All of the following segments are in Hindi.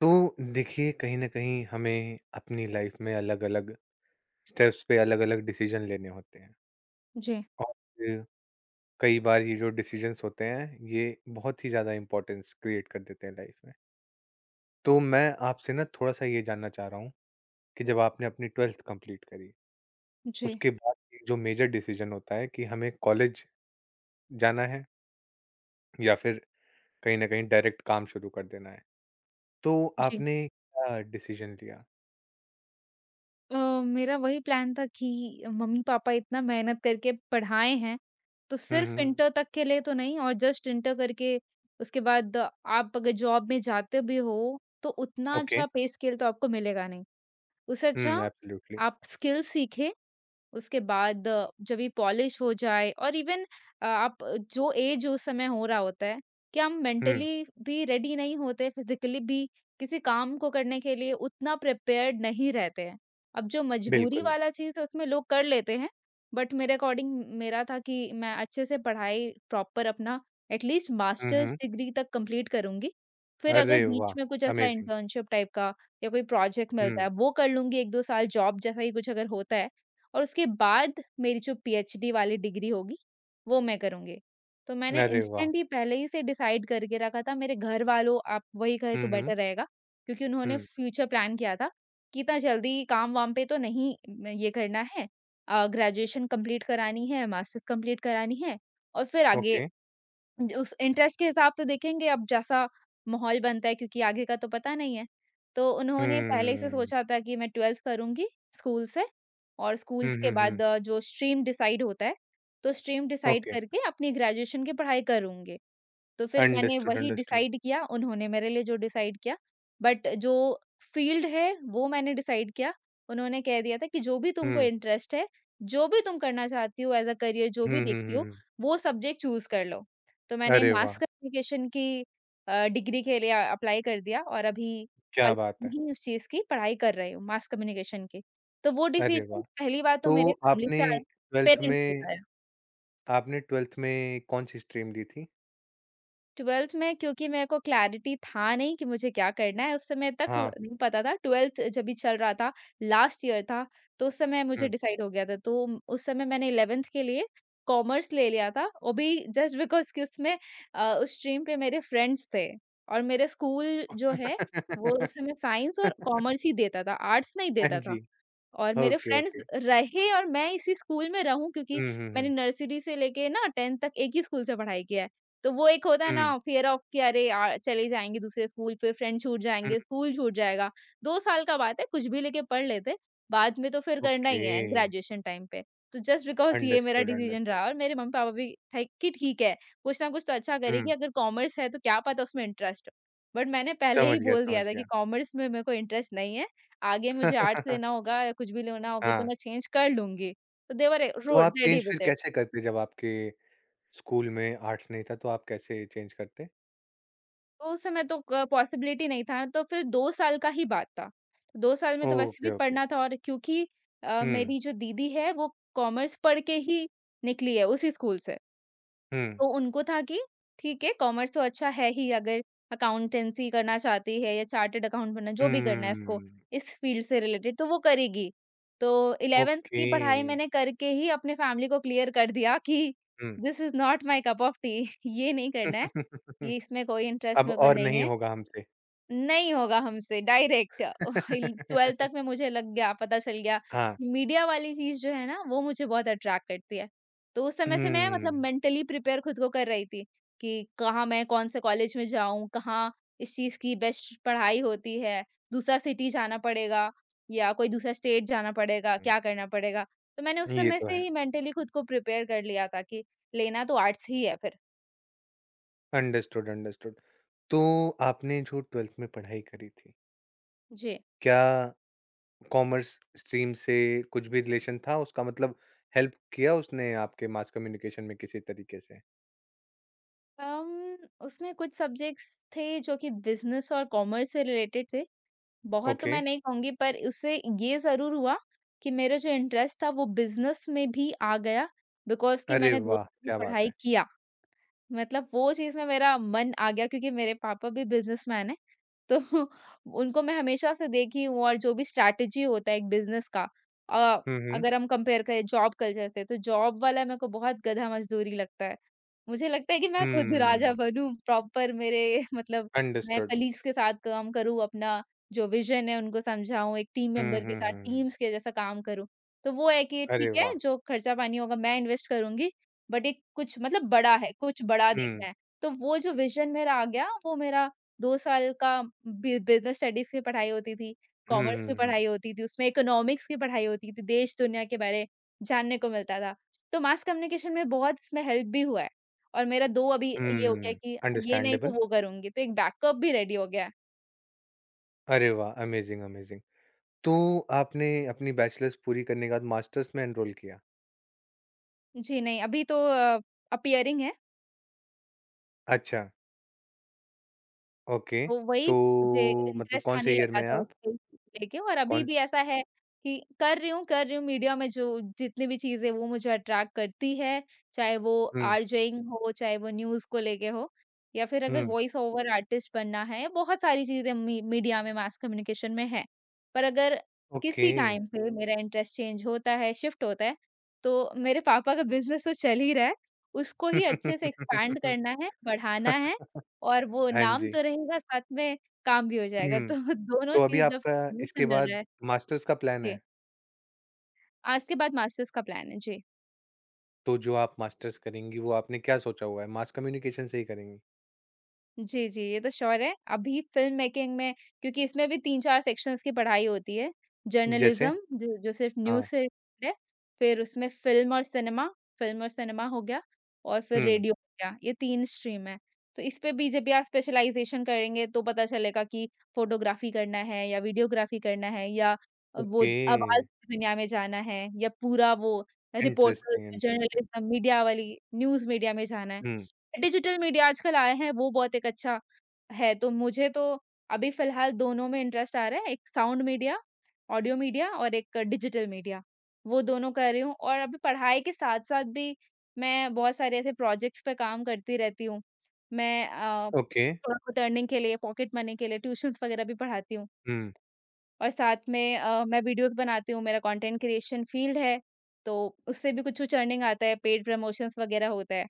तो देखिए, कहीं ना कहीं हमें अपनी लाइफ में अलग अलग स्टेप्स पे अलग अलग डिसीजन लेने होते हैं। जी, और कई बार ये जो डिसीजंस होते हैं ये बहुत ही ज्यादा इंपॉर्टेंस क्रिएट कर देते हैं लाइफ में। तो मैं आपसे ना थोड़ा सा ये जानना चाह रहा हूँ कि जब आपने अपनी ट्वेल्थ कंप्लीट करी, जी, उसके बाद एक जो मेजर डिसीजन होता है कि हमें कॉलेज जाना है या फिर कहीं ना कहीं डायरेक्ट काम शुरू कर देना है, तो जी। आपने क्या डिसीजन लिया। अ, मेरा वही प्लान था कि मम्मी-पापा इतना मेहनत करके पढ़ाए हैं, तो सिर्फ़ हम्म। इंटर तक के लिए तो नहीं और जस्ट इंटर करके उसके बाद आप अगर जॉब में जाते भी हो, तो उतना ओके। अच्छा पे स्केल तो आपको मिलेगा नहीं। उससे अच्छा हम्म, एब्सोल्युटली। आप स्किल सीखें उसके बाद जब ये पॉलिश हो जाए और इवन आप जो एज उस समय हो रहा होता है कि हम हम्म, मेंटली भी रेडी नहीं होते फिजिकली भी किसी काम को करने के लिए उतना प्रिपेयर्ड नहीं रहते हैं। अब जो मजबूरी बिल्कुल। वाला चीज़ है उसमें लोग कर लेते हैं, बट मेरे अकॉर्डिंग मेरा था कि मैं अच्छे से पढ़ाई प्रॉपर अपना एटलीस्ट हुँ, मास्टर्स हुँ। डिग्री तक कंप्लीट करूंगी। फिर अगर अरे बीच वाह! में कुछ ऐसा अमेज़िंग। इंटर्नशिप टाइप का या कोई प्रोजेक्ट मिलता हुँ, है वो कर लूंगी, एक दो साल जॉब जैसा ही कुछ अगर होता है, और उसके बाद मेरी जो पीएचडी वाली डिग्री होगी, वो मैं करूँगी। तो मैंने अरे वाह! इंस्टेंट ही पहले ही से डिसाइड करके रखा था, मेरे घर वालों आप वही कहे हुँ, तो हुँ, बेटर रहेगा, क्योंकि उन्होंने हुँ। फ्यूचर प्लान किया था कि इतना जल्दी काम-वाम पे तो नहीं, म ये करना है। ग्रेजुएशन कंप्लीट करानी है, मास्टर्स कंप्लीट करानी है और फिर आगे ओके। ज उस इंटरेस्ट के हिसाब से देखेंगे, अब जैसा माहौल बनता है क्योंकि आगे का तो पता नहीं है। तो उन्होंने पहले ही से हम्म। सोचा था कि मैं 12th करूँगी स्कूल से, और हुँ, स्कूल्स के हुँ, हुँ। बाद जो स्ट्रीम डिसाइड होता है, तो स्ट्रीम डिसाइड ओके। करके अपनी ग्रेजुएशन की पढ़ाई करूँगी। तो फिर मैंने अंडरस्टूड, वही अंडरस्टूड। डिसाइड किया उन्होंने मेरे लिए जो डिसाइड किया। बट जो फ़ील्ड है वो मैंने डिसाइड किया। उन्होंने कह दिया था कि जो भी तुमको हुँ, इंटरेस्ट है, जो भी तुम करना चाहती हो एज़ अ करियर जो भी हुँ, हुँ, देखती हुँ, हो, हुँ। वो सब्जेक्ट चूज़ कर लो। तो मैंने अरे मास वाह! कम्युनिकेशन की डिग्री के लिए अप्लाई कर दिया और अभी क्या कॉलेज बात है। में ही उस चीज़ की पढ़ाई कर रही हूँ, मास कम्युनिकेशन की। तो वो अरे डिसीज़न वाह! पहली बार तो तो मेरे फैमिली आपने से आया, 12th पेरेंट्स से में आया। आपने 12th में कौन-सी स्ट्रीम ली थी? 12th में क्योंकि मेरे को क्लैरिटी था नहीं कि मुझे क्या करना है, उस समय तक हाँ, नहीं पता था, 12th जब भी चल रहा था, लास्ट ईयर था, तो उस समय हुँ। मुझे डिसाइड हो गया था। तो उस समय मैंने 11th के लिए कॉमर्स ले लिया था, वो भी जस्ट बिकॉज़ कि उसमें उस स्ट्रीम पे मेरे फ्रेंड्स थे और मेरे स्कूल जो है, वो उस समय साइंस और कॉमर्स ही देता था, आर्ट्स नहीं हाँ देता था। जी। और मेरे ओके, फ्रेंड्स ओके। रहे और मैं इसी स्कूल में रहूँ क्योंकि हुँ, हुँ, मैंने हुँ। नर्सरी से लेके ना 10th तक एक ही स्कूल से पढ़ाई किया है। तो वो एक होता है हुँ, ना फ़ियर ऑफ कि अरे यार! चले जाएँगे दूसरे स्कूल फिर फ्रेंड छूट हुँ। जाएँगे, स्कूल छूट जाएगा। 2 साल का बात है, कुछ भी लेके पढ़ लेते, बाद में तो फिर करना ओके। ही है ग्रेजुएशन टाइम पे। तो जस्ट बिकॉज़ ये मेरा अंडरस्टूड, डिसीज़न अंडरस्टूड। रहा और मेरे मम्मी-पापा भी थे कि ठीक है, कुछ ना कुछ तो अच्छा हुँ, करेगी, अगर कॉमर्स है तो क्या पता उसमें इंटरेस्ट हो। बट मैंने पहले समझ ही गया, बोल समझ दिया था गया। कि कॉमर्स में मेरे को इंटरेस्ट नहीं है। आगे मुझे आर्ट्स लेना होगा या कुछ भी लेना होगा तो हाँ। मैं चेंज कर लूँगी। तो दे वर तो रो आप रेडी चेंज फिर विथ इट। कैसे करते जब आपके स्कूल में आर्ट्स नहीं था, तो आप कैसे चेंज करते? तो उस समय तो क पॉसिबिलिटी नहीं था तो फिर 2 साल का ही बात था। 2 साल में तो वैसे भी ओके, ओके। पढ़ना था, और क्योंकि हुँ, मेरी जो दीदी है वो कॉमर्स पढ़ के ही निकली है उसी स्कूल से। हुँ, तो उनको था कि ठीक है कॉमर्स तो अच्छा है ही, अगर अकाउंटेंसी करना चाहती है या चार्टर्ड अकाउंट बनना जो भी करना है इसको, हुँ, इस फील्ड से रिलेटेड तो वो करेगी। तो 11th ओके। की पढ़ाई मैंने करके ही अपने फैमिली को क्लियर कर दिया कि हुँ। This is not my cup of tea ये नहीं करना है, ये इसमें कोई इंटरेस्ट अब मेरे को और नहीं नहीं है। होगा हमसे। नहीं होगा हमसे डायरेक्ट 12th तक में मुझे लग गया, पता चल गया हाँ। कि मीडिया वाली चीज जो है ना वो मुझे बहुत अट्रैक्ट करती है। तो उस समय से मैं मतलब हुँ, मेंटली प्रिपेयर खुद को कर रही थी कि कहाँ मैं कौन से कॉलेज में जाऊं, कहाँ इस चीज की बेस्ट पढ़ाई होती है, दूसरा सिटी जाना पड़ेगा या कोई दूसरा स्टेट जाना पड़ेगा, हुँ, क्या करना पड़ेगा। तो मैंने उस ये समय तो से है। ही मेंटली खुद को प्रिपेयर कर लिया था कि लेना तो आर्ट्स ही है फिर। Understood, understood. तो आपने जो 12th में पढ़ाई करी थी, जी। क्या कॉमर्स स्ट्रीम से कुछ भी रिलेशन था उसका, मतलब हेल्प किया उसने आपके मास कम्युनिकेशन में किसी तरीके से? अम, उसमें कुछ सब्जेक्ट्स थे जो कि बिज़नेस और कॉमर्स से रिलेटेड थे। बहुत तो ओके। मैं नहीं कहूँगी, पर उससे ये ज़रूर हुआ कि मेरा जो इंटरेस्ट था वो बिज़नेस में भी आ गया, बिकॉज़ कि अरे मैंने 2 वाह! साल भी क्या बात पढ़ाई है। किया। मतलब वो चीज़ में मेरा मन आ गया क्योंकि मेरे पापा भी बिज़नेसमैन हैं, तो उनको मैं हमेशा से देखी हूँ और जो भी स्ट्रैटेजी होता है एक बिजनेस का। अ, हुँ, हुँ। अगर हम कंपेयर करें जॉब कल्चर से तो जॉब वाला मेरे को बहुत गधा मजदूरी लगता है। मुझे लगता है कि मैं खुद राजा हुँ, बनूँ प्रॉपर मेरे, मतलब मैं अंडरस्टूड। कलीग्स के साथ काम करूँ, अपना जो विज़न है उनको समझाऊँ, एक टीम हुँ, मेंबर के हुँ, साथ हुँ, हुँ। टीम्स के जैसा काम करूँ। तो वो है कि अरे ठीक वाह! है, जो खर्चा पानी होगा मैं इन्वेस्ट करूँगी, बट एक कुछ मतलब बड़ा है, कुछ बड़ा हुँ। देखना है। तो वो जो विज़न मेरा आ गया वो मेरा 2 साल का बि बिज़नेस स्टडीज़ की पढ़ाई होती थी, हुँ, कॉमर्स की हुँ, हुँ। पढ़ाई होती थी, उसमें इकोनॉमिक्स की पढ़ाई होती थी, देश-दुनिया के बारे जानने को मिलता था। तो मास कम्युनिकेशन में बहुत इसमें हेल्प भी हुआ है और मेरा 2 अभी ये हो गया हुँ, कि ये नहीं तो अंडरस्टैंडेबल। वो करूँगी, तो एक बैकअप भी रेडी हो गया है। अरे वाह! Amazing, amazing. तो आपने अपनी बैचलर्स पूरी करने के बाद मास्टर्स में एनरोल किया? जी नहीं, अभी तो अपीयरिंग है। अच्छा, ओके। तो वही तो मुझे मतलब इंटरेस्ट कौन से आने ईयर लगा में हैं था आप? उसको लेके, और अभी कौन भी ऐसा है कि कर रही हूँ मीडिया में, जो जितनी भी चीज़ें वो मुझे अट्रैक्ट करती है, चाहे वो हुँ, आरजेइंग हो, चाहे वो न्यूज़ को लेके हो या फिर अगर हुँ। वॉइस ओवर आर्टिस्ट बनना है, बहुत सारी चीज़ें मी मीडिया में, मास कम्युनिकेशन में है। पर अगर ओके। किसी टाइम पे मेरा इंटरेस्ट चेंज होता है, शिफ्ट होता है, तो मेरे पापा का बिज़नेस तो चल ही रहा है, उसको ही अच्छे से एक्सपैंड करना है, बढ़ाना है। और वो हाँ नाम जी। तो रहेगा साथ में, काम भी हो जाएगा हुँ, तो दोनों तो अभी चीज़ जब आपका सामने से इसके मिल बाद रहा है। मास्टर्स का प्लान जी, है? आज के बाद मास्टर्स का प्लान है। जी। तो जो आप मास्टर्स करेंगी वो आपने क्या सोचा हुआ है? मास कम्युनिकेशन से ही करेंगी? जी, जी, ये तो श्योर है। अभी फ़िल्म मेकिंग में, क्योंकि इसमें भी 3-4 सेक्शंस की पढ़ाई होती है। जैसे? जर्नलिज़्म जो जो सिर्फ़ न्यूज़ हाँ। से रिलेटेड है, फिर उसमें फ़िल्म और सिनेमा हो गया और फिर हुँ। रेडियो हो गया, ये 3 स्ट्रीम है। तो इस पे भी जब भी आप स्पेशलाइज़ेशन करेंगे तो पता चलेगा कि फ़ोटोग्राफ़ी करना है या वीडियोग्राफ़ी करना है या वो ओके। आवाज़ की दुनिया में जाना है या पूरा वो reporter interesting, interesting. Journalism media वाली न्यूज़ मीडिया में जाना है। हुँ। डिजिटल मीडिया आजकल आए हैं वो बहुत एक अच्छा है, तो मुझे तो अभी फ़िलहाल दोनों में इंटरेस्ट आ रहा है, एक साउंड मीडिया, ऑडियो मीडिया और एक डिजिटल मीडिया, वो दोनों कर रही हूँ, और अभी पढ़ाई के साथ-साथ भी मैं बहुत सारे ऐसे प्रोजेक्ट्स पे काम करती रहती हूँ। मैं ओके। थोड़ा-बहुत अर्निंग के लिए, पॉकेट मनी के लिए ट्यूशन्स वगैरह भी पढ़ाती हूँ हुँ। और साथ में मैं वीडियोज़ बनाती हूँ, मेरा कंटेंट क्रिएशन फ़ील्ड है, तो उससे भी कुछ-कुछ अर्निंग आता है, पेड प्रमोशंस वगैरह होता है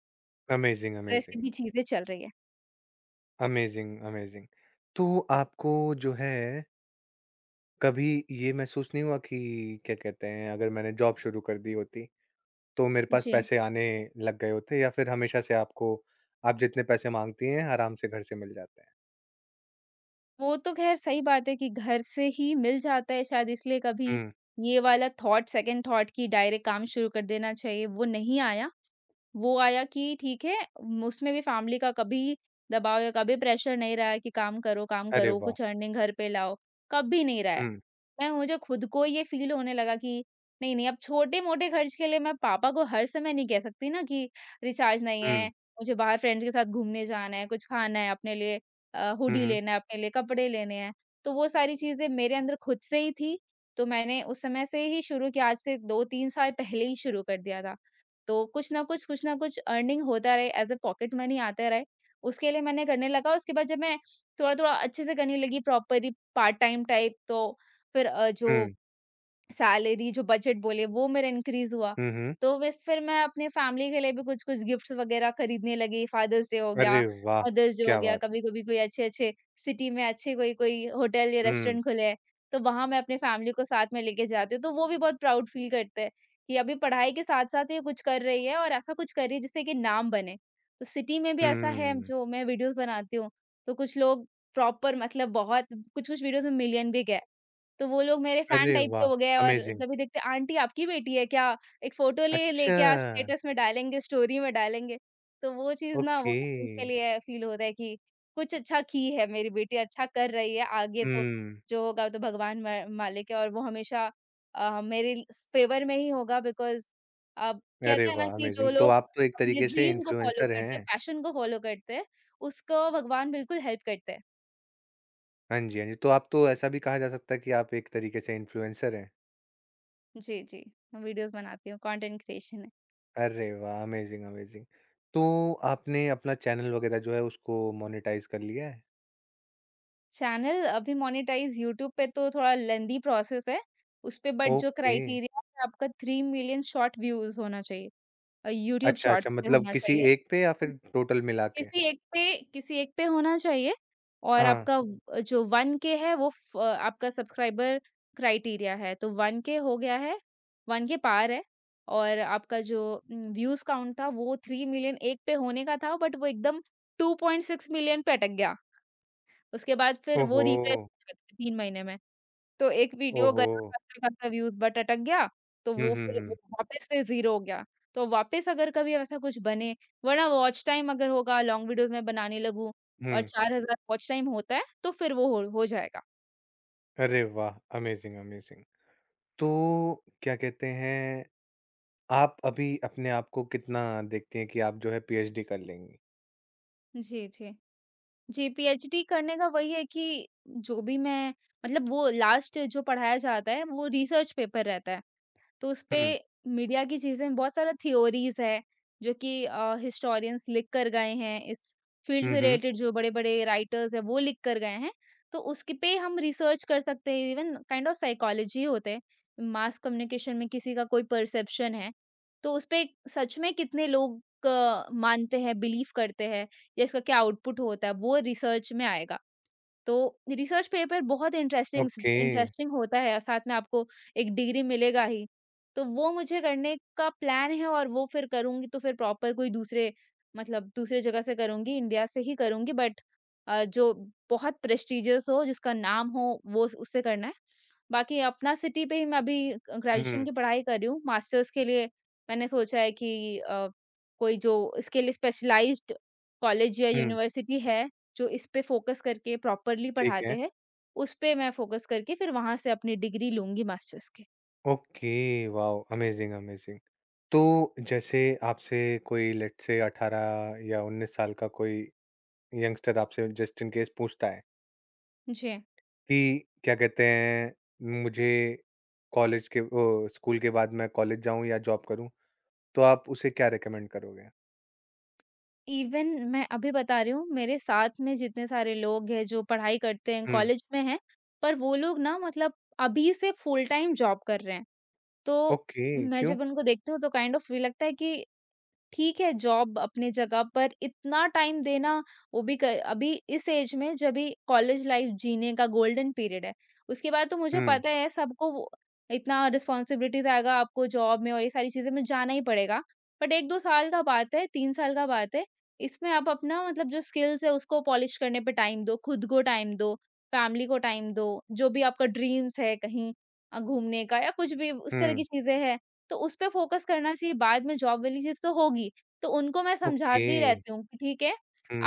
अमेज़िंग, और ऐसी अमेज़िंग। भी चीज़ें चल रही है। Amazing, amazing. तो आपको जो है कभी ये महसूस नहीं हुआ कि क्या कहते हैं, अगर मैंने जॉब शुरू कर दी होती तो मेरे पास जी। पैसे आने लग गए होते, या फिर हमेशा से आपको आप जितने पैसे माँगती हैं आराम से घर से मिल जाते हैं? वो तो ख़ैर सही बात है कि घर से ही मिल जाता है, शायद इसलिए कभी हुँ। ये वाला थॉट, सेकंड थॉट कि डायरेक्ट काम शुरू कर देना चाहिए, वो नहीं आया। वो आया कि ठीक है, म उसमें भी फैमिली का कभी दबाव या कभी प्रेशर नहीं रहा है कि काम अरे करो, वाह! कुछ अर्निंग घर पे लाओ, कभी नहीं रहा है। हुँ, मैं मुझे खुद को ये फ़ील होने लगा कि नहीं, नहीं अब छोटे-मोटे खर्च के लिए मैं पापा को हर समय नहीं कह सकती ना कि रिचार्ज नहीं हुँ। है, मुझे बाहर फ्रेंड्स के साथ घूमने जाना है, कुछ खाना है अपने लिए, हुँ, हुडी हुँ। लेना है, अपने लिए कपड़े लेने हैं। तो वो सारी चीज़ें मेरे अंदर खुद से ही थी, तो मैंने उस समय से ही शुरू किया, आज से 2-3 साल पहले ही शुरू कर दिया था। तो कुछ ना कुछ अर्निंग होता रहे, एज़ अ पॉकेट मनी आता रहे, उसके लिए मैंने करने लगा। उसके बाद जब मैं थोड़ा-थोड़ा अच्छे से करने लगी प्रॉपरली पार्ट टाइम टाइप, तो फिर जो हुँ, सैलरी जो बजट बोले वो मेरा इंक्रीज हुआ, हुँ, हुँ। तो वे फिर मैं अपने फैमिली के लिए भी कुछ कुछ गिफ्ट्स वगैरह खरीदने लगी, फादर्स डे हो गया, अरे वाह! मदर्स डे हो क्या गया, बात है! कभी कभी कोई अच्छे अच्छे सिटी में अच्छे कोई कोई होटल या हुँ, रेस्टोरेंट खुले हैं, तो वहां मैं अपने फैमिली को साथ में लेके जाती हूँ तो वो भी बहुत प्राउड फील करते हैं कि अभी पढ़ाई के साथ साथ ये कुछ कर रही है और ऐसा कुछ कर रही है जिससे कि नाम बने। तो सिटी में भी ऐसा है हुँ। जो मैं वीडियोस बनाती हूँ, तो कुछ लोग प्रॉपर मतलब बहुत कुछ कुछ वीडियोस में मिलियन भी गए, तो वो लोग मेरे फैन अरे टाइप के वाह! हो गए और अमेज़िंग। जब भी देखते आंटी आपकी बेटी है क्या? एक फ़ोटो ले लेके आज अच्छा, स्टेटस में डालेंगे, स्टोरी में डालेंगे। तो वो चीज़ ना ओके। बहुत उनके लिए फ़ील होता है कि कुछ अच्छा की है मेरी बेटी, अच्छा कर रही है, आगे तो हुँ। जो होगा वो तो भगवान मा मालिक है और वो हमेशा मेरे ल फ़ेवर में ही होगा। बिकॉज़ अब अरे कहते हैं ना वाह! कि जो अमेज़िंग। तो लोग आप तो एक अपने तरीके से ड्रीम को फ़ॉलो इन्फ्लुएंसर करते हैं, हैं। पैशन को फ़ॉलो करते हैं, उसको भगवान बिल्कुल हेल्प करते हैं। हाँ जी, हाँ जी। तो आप तो ऐसा भी कहा जा सकता है कि आप एक तरीके से इन्फ्लुएंसर हैं। जी, जी। मैं वीडियोज़ बनाती हूँ, कंटेंट क्रिएशन है। अरे वाह! Amazing, amazing. तो आपने अपना चैनल वग़ैरह जो है उसको मोनेटाइज़ कर लिया है? चैनल अभी मोनेटाइज़ यूट्यूब पे तो थोड़ा लेंदी प्रोसेस है उसपे। बट जो ओके। क्राइटेरिया है आपका 3 मिलियन शॉर्ट व्यूज़ होना चाहिए, यूट्यूब अच्छा, अच्छा, शॉर्ट्स पे मतलब होना किसी चाहिए। एक पे या फिर टोटल मिला के? किसी एक पे, किसी एक पे होना चाहिए। और हाँ। आपका व जो 1 के है वो फ आपका सब्सक्राइबर क्राइटेरिया है, तो 1 के हो गया है, 1 के पार है। और आपका जो व्यूज़ काउंट था वो 3 मिलियन एक पे होने का था बट वो एकदम 2.6 मिलियन पे अटक गया। उसके बाद फिर वो ओहो! रिफ्रेश हो जाती है 3 महीने में। तो एक वीडियो ओहो! गया अच्छा-खासा व्यूज़ बट अटक गया, तो हुँ, वो हुँ, फिर हुँ। वो वापस से ज़ीरो हो गया। तो वापस अगर कभी ऐसा कुछ बने, वरना वॉच टाइम अगर होगा लॉन्ग वीडियोज़ मैं बनाने लगूँ और हुँ। 4,000 वॉच टाइम होता है, तो फिर वो हो जाएगा। अरे वाह! Amazing, amazing. तो क्या कहते हैं, आप अभी अपने आप को कितना देखती हैं कि आप जो है पीएचडी कर लेंगी? जी, जी। जी, पीएचडी करने का वही है कि जो भी मैं मतलब वो लास्ट जो पढ़ाया जाता है, वो रिसर्च पेपर रहता है। तो उसपे हुँ। मीडिया की चीज़ें बहुत सारा थ्योरीज़ है, जो कि हिस्टोरियंस लिख कर गए हैं, इस फ़ील्ड हुँ, से हुँ। रिलेटेड जो बड़े-बड़े राइटर्स हैं, वो लिख कर गए हैं। तो उसके पे हम रिसर्च कर सकते हैं, इवन काइंड ऑफ साइकोलॉजी होते हैं। मास कम्युनिकेशन में किसी का कोई परसेप्शन है, तो उसपे सच में कितने लोग मानते हैं, बिलीव करते हैं या इसका क्या आउटपुट होता है, वो रिसर्च में आएगा। तो रिसर्च पेपर बहुत इंटरेस्टिंग ओके। इंटरेस्टिंग होता है और साथ में आपको एक डिग्री मिलेगा ही। तो वो मुझे करने का प्लान है और वो फिर करूँगी तो फिर प्रॉपर कोई दूसरे मतलब दूसरे जगह से करूँगी, इंडिया से ही करूँगी। बट जो बहुत प्रेस्टिजियस हो, जिसका नाम हो, वो उससे करना है। बाकी अपना सिटी पे ही मैं अभी ग्रेजुएशन हुँ, की पढ़ाई कर रही हूँ। मास्टर्स के लिए मैंने सोचा है कि अ, कोई जो इसके लिए स्पेशलाइज्ड कॉलेज या हुँ। यूनिवर्सिटी है, जो इस पे फ़ोकस करके प्रॉपरली ठीक पढ़ाते है। हैं, उस पे मैं फ़ोकस करके फिर वहाँ से अपनी डिग्री लूँगी मास्टर्स की। Okay, wow! Amazing, amazing. तो जैसे आपसे कोई, लेट्स से, 18 या 19 साल का कोई यंगस्टर आपसे जस्ट इन केस पूछता है जी। कि क्या कहते हैं, मुझे कॉलेज के ओ स्कूल के बाद मैं कॉलेज जाऊँ या जॉब करूँ? तो आप उसे क्या रिकमेंड करोगे? इवन मैं अभी बता रही हूँ, मेरे साथ में जितने सारे लोग हैं जो पढ़ाई करते हैं, हुँ, कॉलेज में हैं, पर वो लोग ना मतलब अभी से फुल टाइम जॉब कर रहे हैं। तो ओके, मैं क्यों? जब उनको देखती हूँ तो काइंड ऑफ फ़ील लगता है कि ठीक है, जॉब अपनी जगह पर इतना टाइम देना, वो भी क अभी इस ऐज में जभी कॉलेज लाइफ़ जीने का गोल्डन पीरियड है। उसके बाद तो मुझे हुँ, पता है सबको वो इतना रिस्पॉन्सिबिलिटीज़ आएगा आपको जॉब में और ये सारी चीज़ें में जाना ही पड़ेगा। बट 1-2 साल का बात है, 3 साल का बात है, इसमें आप अपना मतलब जो स्किल्स है उसको पॉलिश करने पे टाइम दो, खुद को टाइम दो, फैमिली को टाइम दो, जो भी आपका ड्रीम्स है कहीं घूमने का या कुछ भी उस तरह की हुँ, चीज़ें हैं, तो उस पे फ़ोकस करना चाहिए, बाद में जॉब वाली चीज़ तो होगी। तो उनको मैं ओके, समझाती रहती हूँ कि ठीक है,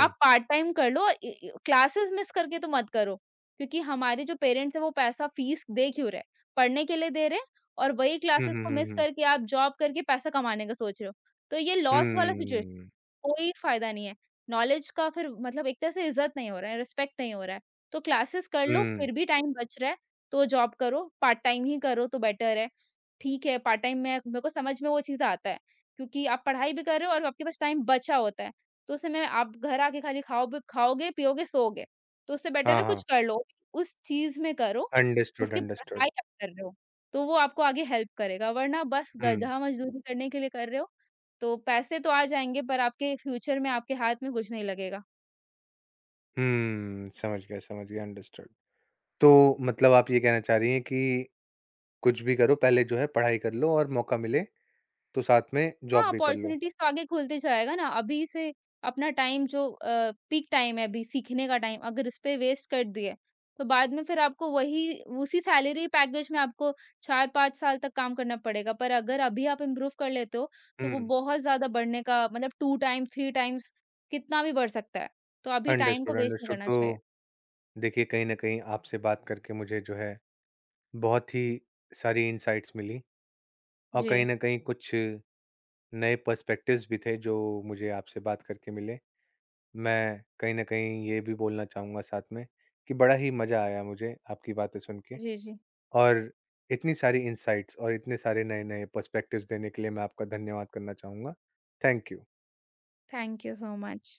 आप पार्ट टाइम कर लो, इ इ क्लासेस मिस करके तो मत करो। क्योंकि हमारे जो पेरेंट्स हैं वो पैसा फीस दे क्यों रहे? पढ़ने के लिए दे रहे हैं, और वही हुँ, क्लासेस हुँ, को हुँ, मिस हुँ, करके आप जॉब करके पैसा कमाने का सोच रहे हो। तो ये लॉस वाला सिचुएशन, हुँ, कोई फ़ायदा नहीं है। नॉलेज का फिर मतलब एक तरह से इज़्ज़त नहीं हो रहा है, रिस्पेक्ट नहीं हो रहा है। तो क्लासेस कर लो, हुँ, फिर भी टाइम बच रहा है, तो जॉब करो, पार्ट टाइम ही करो तो बेटर है। ठीक है, पार्ट टाइम में मेरे को समझ में वो चीज़ आता है, क्योंकि आप पढ़ाई भी कर रहे हो और आपके पास टाइम बचा होता है। तो उस समय आप घर आके खाली खाओ भी खाओगे, पियोगे, सोओगे। तो उससे बेटर हाँ, है हाँ, कुछ कर लो, उस चीज़ में करो अंडरस्टूड, जिसकी अंडरस्टूड, पढ़ाई आप कर रहे हो। तो वो आपको आगे हेल्प करेगा, वरना बस हुँ, गधा मज़दूरी करने के लिए कर रहे हो, तो पैसे तो आ जाएँगे पर आपके फ्यूचर में आपके हाथ में कुछ नहीं लगेगा। हुँ, समझ गया, अंडरस्टूड। तो मतलब आप ये कहना चाह रही हैं कि कुछ भी करो, पहले जो है पढ़ाई कर लो और मौका मिले तो साथ में हाँ, जॉब भी कर लो। अपॉर्च्युनिटीज़ तो आगे खुलते जाएगा ना। अभी से अपना टाइम जो पीक टाइम है, अभी सीखने का टाइम अगर इस पे वेस्ट कर दिए, तो बाद में फिर आपको वही उसी सैलरी पैकेज में आपको 4-5 साल तक काम करना पड़ेगा। पर अगर अभी आप इम्प्रूव कर लेते हो, तो वो हुँ, बहुत ज़्यादा बढ़ने का मतलब 2 टाइम, 3 टाइम्स कितना भी बढ़ सकता है। तो अभी टाइम को अंडरस्टूड, वेस्ट नहीं अंडरस्टूड। करना तो चाहिए। देखिए, कहीं न कहीं आपसे बात करके मुझे जो है बहुत ही सारी इनसाइट्स मिली और जी। कहीं न कहीं कुछ नए पर्सपेक्टिव्स भी थे जो मुझे आपसे बात करके मिले। मैं कहीं न कहीं ये भी बोलना चाहूँगा साथ में कि बड़ा ही मज़ा आया मुझे आपकी बातें सुन के जी, जी। और इतनी सारी इनसाइट्स और इतने सारे नए-नए पर्सपेक्टिव्स देने के लिए मैं आपका धन्यवाद करना चाहूँगा। Thank you. Thank you so much.